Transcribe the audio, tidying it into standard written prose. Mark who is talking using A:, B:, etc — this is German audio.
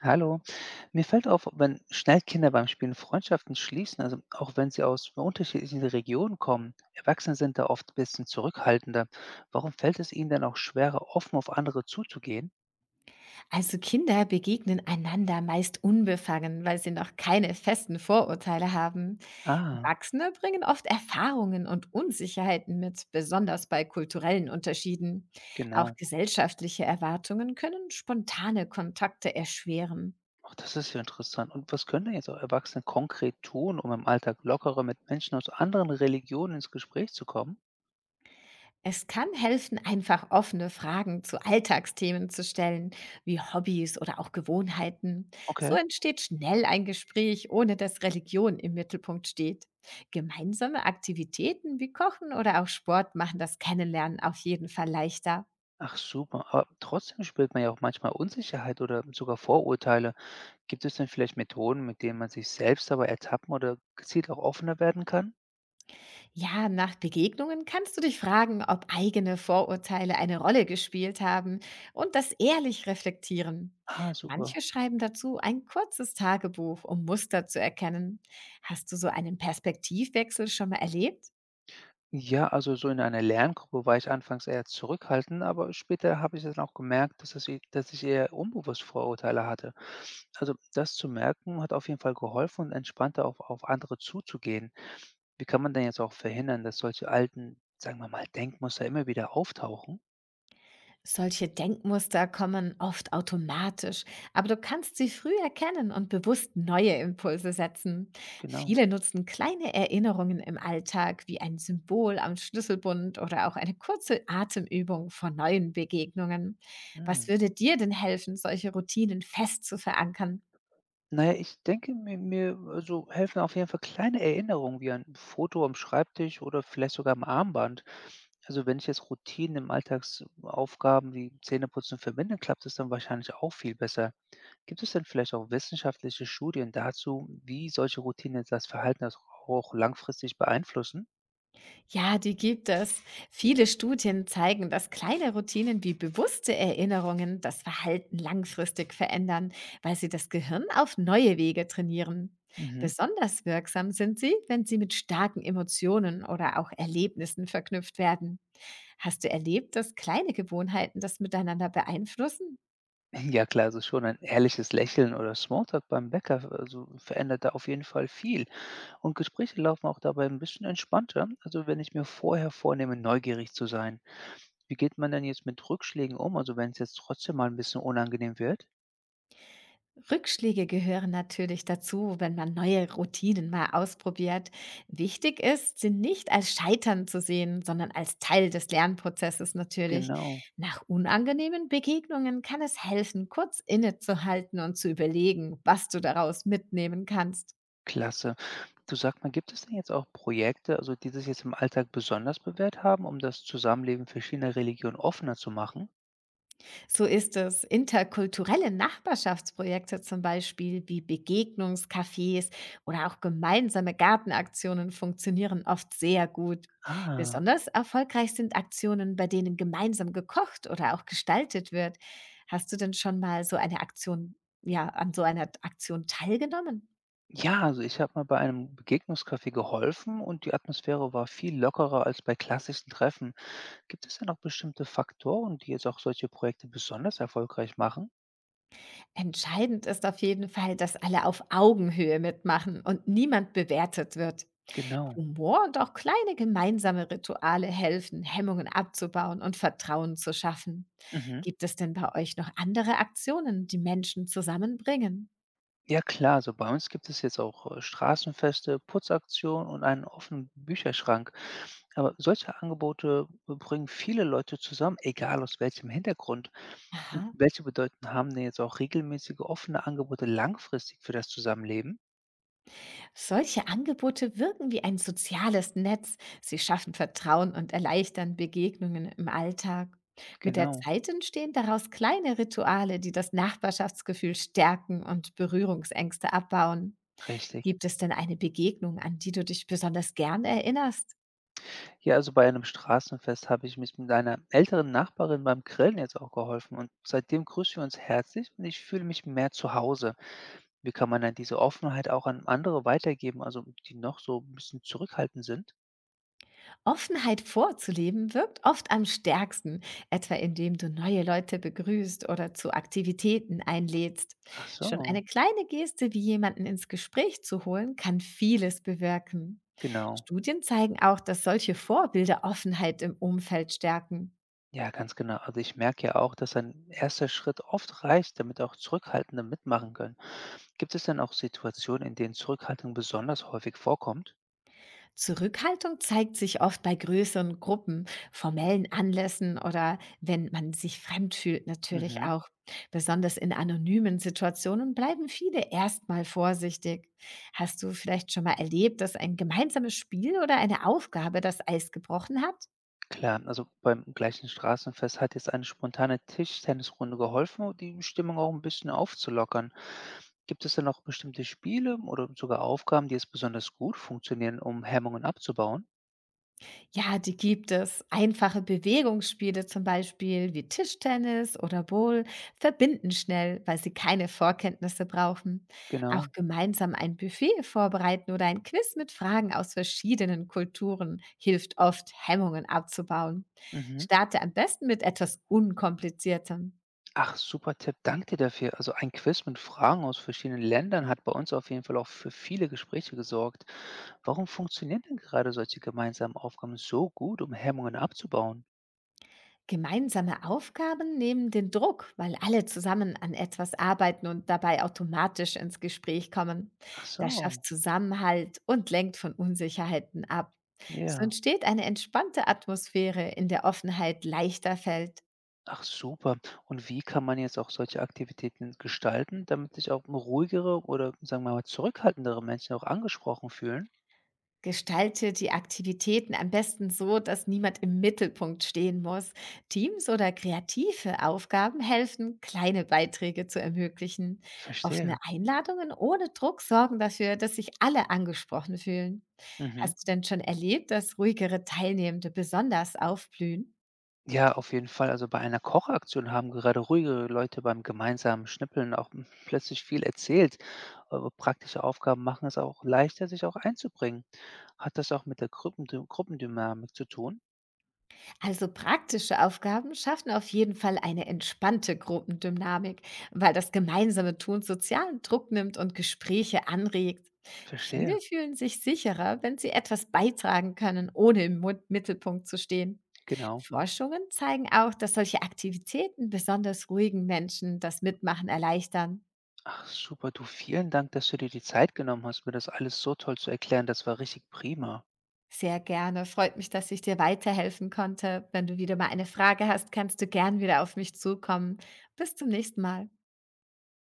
A: Hallo. Mir fällt auf, wenn schnell Kinder beim Spielen Freundschaften schließen, also auch wenn sie aus unterschiedlichen Regionen kommen, Erwachsene sind da oft ein bisschen zurückhaltender. Warum fällt es ihnen dann auch schwerer, offen auf andere zuzugehen?
B: Also Kinder begegnen einander meist unbefangen, weil sie noch keine festen Vorurteile haben.
A: Ah,
B: Erwachsene bringen oft Erfahrungen und Unsicherheiten mit, besonders bei kulturellen Unterschieden. Auch
A: genau.
B: gesellschaftliche Erwartungen können spontane Kontakte erschweren.
A: Ach, das ist ja interessant. Und was können denn jetzt auch Erwachsene konkret tun, um im Alltag lockerer mit Menschen aus anderen Religionen ins Gespräch zu kommen?
B: Es kann helfen, einfach offene Fragen zu Alltagsthemen zu stellen, wie Hobbys oder auch Gewohnheiten. So
A: Okay.
B: entsteht schnell ein Gespräch, ohne dass Religion im Mittelpunkt steht. Gemeinsame Aktivitäten wie Kochen oder auch Sport machen das Kennenlernen auf jeden Fall leichter.
A: Ach super, aber trotzdem spürt man ja auch manchmal Unsicherheit oder sogar Vorurteile. Gibt es denn vielleicht Methoden, mit denen man sich selbst dabei ertappen oder gezielt auch offener werden kann?
B: Ja, nach Begegnungen kannst du dich fragen, ob eigene Vorurteile eine Rolle gespielt haben und das ehrlich reflektieren. Manche
A: Super.
B: schreiben dazu ein kurzes Tagebuch, um Muster zu erkennen. Hast du so einen Perspektivwechsel schon mal erlebt?
A: Ja, also so in einer Lerngruppe war ich anfangs eher zurückhaltend, aber später habe ich dann auch gemerkt, dass ich eher unbewusst Vorurteile hatte. Also das zu merken hat auf jeden Fall geholfen und entspannter auf andere zuzugehen. Wie kann man denn jetzt auch verhindern, dass solche alten, sagen wir mal, Denkmuster immer wieder auftauchen?
B: Solche Denkmuster kommen oft automatisch, aber du kannst sie früh erkennen und bewusst neue Impulse setzen.
A: Genau.
B: Viele nutzen kleine Erinnerungen im Alltag wie ein Symbol am Schlüsselbund oder auch eine kurze Atemübung vor neuen Begegnungen. Was
A: Hm.
B: würde dir denn helfen, solche Routinen fest zu verankern?
A: Na ja, ich denke, mir helfen auf jeden Fall kleine Erinnerungen wie ein Foto am Schreibtisch oder vielleicht sogar am Armband. Also, wenn ich jetzt Routinen im Alltagsaufgaben wie Zähneputzen verbinde, klappt es dann wahrscheinlich auch viel besser. Gibt es denn vielleicht auch wissenschaftliche Studien dazu, wie solche Routinen jetzt das Verhalten das auch langfristig beeinflussen?
B: Ja, die gibt es. Viele Studien zeigen, dass kleine Routinen wie bewusste Erinnerungen das Verhalten langfristig verändern, weil sie das Gehirn auf neue Wege trainieren.
A: Mhm.
B: Besonders wirksam sind sie, wenn sie mit starken Emotionen oder auch Erlebnissen verknüpft werden. Hast du erlebt, dass kleine Gewohnheiten das miteinander beeinflussen?
A: Ja klar, also schon ein ehrliches Lächeln oder Smalltalk beim Bäcker, also verändert da auf jeden Fall viel. Und Gespräche laufen auch dabei ein bisschen entspannter, also wenn ich mir vorher vornehme, neugierig zu sein. Wie geht man denn jetzt mit Rückschlägen um? Also wenn es jetzt trotzdem mal ein bisschen unangenehm wird?
B: Rückschläge gehören natürlich dazu, wenn man neue Routinen mal ausprobiert. Wichtig ist, sie nicht als Scheitern zu sehen, sondern als Teil des Lernprozesses natürlich.
A: Genau,
B: Nach unangenehmen Begegnungen kann es helfen, kurz innezuhalten und zu überlegen, was du daraus mitnehmen kannst.
A: klasse. Du, sag mal, gibt es denn jetzt auch Projekte, also die sich jetzt im Alltag besonders bewährt haben, um das Zusammenleben verschiedener Religionen offener zu machen?
B: So ist es. Interkulturelle Nachbarschaftsprojekte zum Beispiel wie Begegnungscafés oder auch gemeinsame Gartenaktionen funktionieren oft sehr gut.
A: Ah.
B: Besonders erfolgreich sind Aktionen, bei denen gemeinsam gekocht oder auch gestaltet wird. Hast du denn schon mal so eine Aktion, ja, an so einer Aktion teilgenommen?
A: Ja, also ich habe mal bei einem Begegnungskaffee geholfen und die Atmosphäre war viel lockerer als bei klassischen Treffen. Gibt es denn auch bestimmte Faktoren, die jetzt auch solche Projekte besonders erfolgreich machen?
B: Entscheidend ist auf jeden Fall, dass alle auf Augenhöhe mitmachen und niemand bewertet wird.
A: Genau.
B: Humor und auch kleine gemeinsame Rituale helfen, Hemmungen abzubauen und Vertrauen zu schaffen.
A: Mhm.
B: Gibt es denn bei euch noch andere Aktionen, die Menschen zusammenbringen?
A: Ja klar, so bei uns gibt es jetzt auch Straßenfeste, Putzaktionen und einen offenen Bücherschrank. Aber solche Angebote bringen viele Leute zusammen, egal aus welchem Hintergrund. Und
B: Aha.
A: welche Bedeutung haben denn jetzt auch regelmäßige offene Angebote langfristig für das Zusammenleben?
B: Solche Angebote wirken wie ein soziales Netz. Sie schaffen Vertrauen und erleichtern Begegnungen im Alltag. Mit der
A: Genau,
B: Zeit entstehen daraus kleine Rituale, die das Nachbarschaftsgefühl stärken und Berührungsängste abbauen.
A: richtig.
B: Gibt es denn eine Begegnung, an die du dich besonders gern erinnerst?
A: Hier also bei einem Straßenfest habe ich mich mit einer älteren Nachbarin beim Grillen jetzt auch geholfen und seitdem grüßen wir uns herzlich und ich fühle mich mehr zu Hause. Wie kann man dann diese Offenheit auch an andere weitergeben, also die noch so ein bisschen zurückhaltend sind?
B: Offenheit vorzuleben wirkt oft am stärksten, etwa indem du neue Leute begrüßt oder zu Aktivitäten einlädst.
A: Ach
B: Schon
A: so,
B: eine kleine Geste wie jemanden ins Gespräch zu holen, kann vieles bewirken.
A: genau.
B: Studien zeigen auch, dass solche Vorbilder Offenheit im Umfeld stärken.
A: Ja, ganz genau. Also ich merke ja auch, dass ein erster Schritt oft reicht, damit auch Zurückhaltende mitmachen können. Gibt es denn auch Situationen, in denen Zurückhaltung besonders häufig vorkommt?
B: Zurückhaltung zeigt sich oft bei größeren Gruppen, formellen Anlässen oder wenn man sich fremd fühlt natürlich
A: Mhm.
B: auch. Besonders in anonymen Situationen bleiben viele erstmal vorsichtig. Hast du vielleicht schon mal erlebt, dass ein gemeinsames Spiel oder eine Aufgabe das Eis gebrochen hat?
A: Klar, also beim gleichen Straßenfest hat jetzt eine spontane Tischtennisrunde geholfen, um die Stimmung auch ein bisschen aufzulockern. Gibt es denn noch bestimmte Spiele oder sogar Aufgaben, die jetzt besonders gut funktionieren, um Hemmungen abzubauen?
B: Ja, die gibt es. Einfache Bewegungsspiele zum Beispiel wie Tischtennis oder Bowl verbinden schnell, weil sie keine Vorkenntnisse brauchen. Auch
A: Genau.
B: gemeinsam ein Buffet vorbereiten oder ein Quiz mit Fragen aus verschiedenen Kulturen hilft oft, Hemmungen abzubauen.
A: Mhm.
B: Starte am besten mit etwas Unkompliziertem.
A: Ach, super Tipp. Danke dir dafür. Also ein Quiz mit Fragen aus verschiedenen Ländern hat bei uns auf jeden Fall auch für viele Gespräche gesorgt. Warum funktionieren denn gerade solche gemeinsamen Aufgaben so gut, um Hemmungen abzubauen?
B: Gemeinsame Aufgaben nehmen den Druck, weil alle zusammen an etwas arbeiten und dabei automatisch ins Gespräch kommen.
A: Ach
B: Das
A: so,
B: schafft Zusammenhalt und lenkt von Unsicherheiten ab. So
A: ja.
B: entsteht eine entspannte Atmosphäre, in der Offenheit leichter fällt.
A: Ach super. Und wie kann man jetzt auch solche Aktivitäten gestalten, damit sich auch ruhigere oder sagen wir mal zurückhaltendere Menschen auch angesprochen fühlen?
B: Gestalte die Aktivitäten am besten so, dass niemand im Mittelpunkt stehen muss. Teams oder kreative Aufgaben helfen, kleine Beiträge zu ermöglichen. Offene
A: Verstehe.
B: Einladungen ohne Druck sorgen dafür, dass sich alle angesprochen fühlen.
A: Mhm.
B: Hast du denn schon erlebt, dass ruhigere Teilnehmende besonders aufblühen?
A: Ja, auf jeden Fall. Also bei einer Kochaktion haben gerade ruhigere Leute beim gemeinsamen Schnippeln plötzlich viel erzählt. Aber praktische Aufgaben machen es auch leichter, sich auch einzubringen. Hat das auch mit der Gruppendynamik zu tun?
B: Also praktische Aufgaben schaffen auf jeden Fall eine entspannte Gruppendynamik, weil das gemeinsame Tun sozialen Druck nimmt und Gespräche anregt. Viele
A: Verstehe.
B: fühlen sich sicherer, wenn sie etwas beitragen können, ohne im Mittelpunkt zu stehen.
A: Genau.
B: Forschungen zeigen auch, dass solche Aktivitäten besonders ruhigen Menschen das Mitmachen erleichtern.
A: Ach super, du, vielen Dank, dass du dir die Zeit genommen hast, mir das alles so toll zu erklären. Das war richtig prima.
B: Sehr gerne. Freut mich, dass ich dir weiterhelfen konnte. Wenn du wieder mal eine Frage hast, kannst du gern wieder auf mich zukommen. Bis zum nächsten Mal.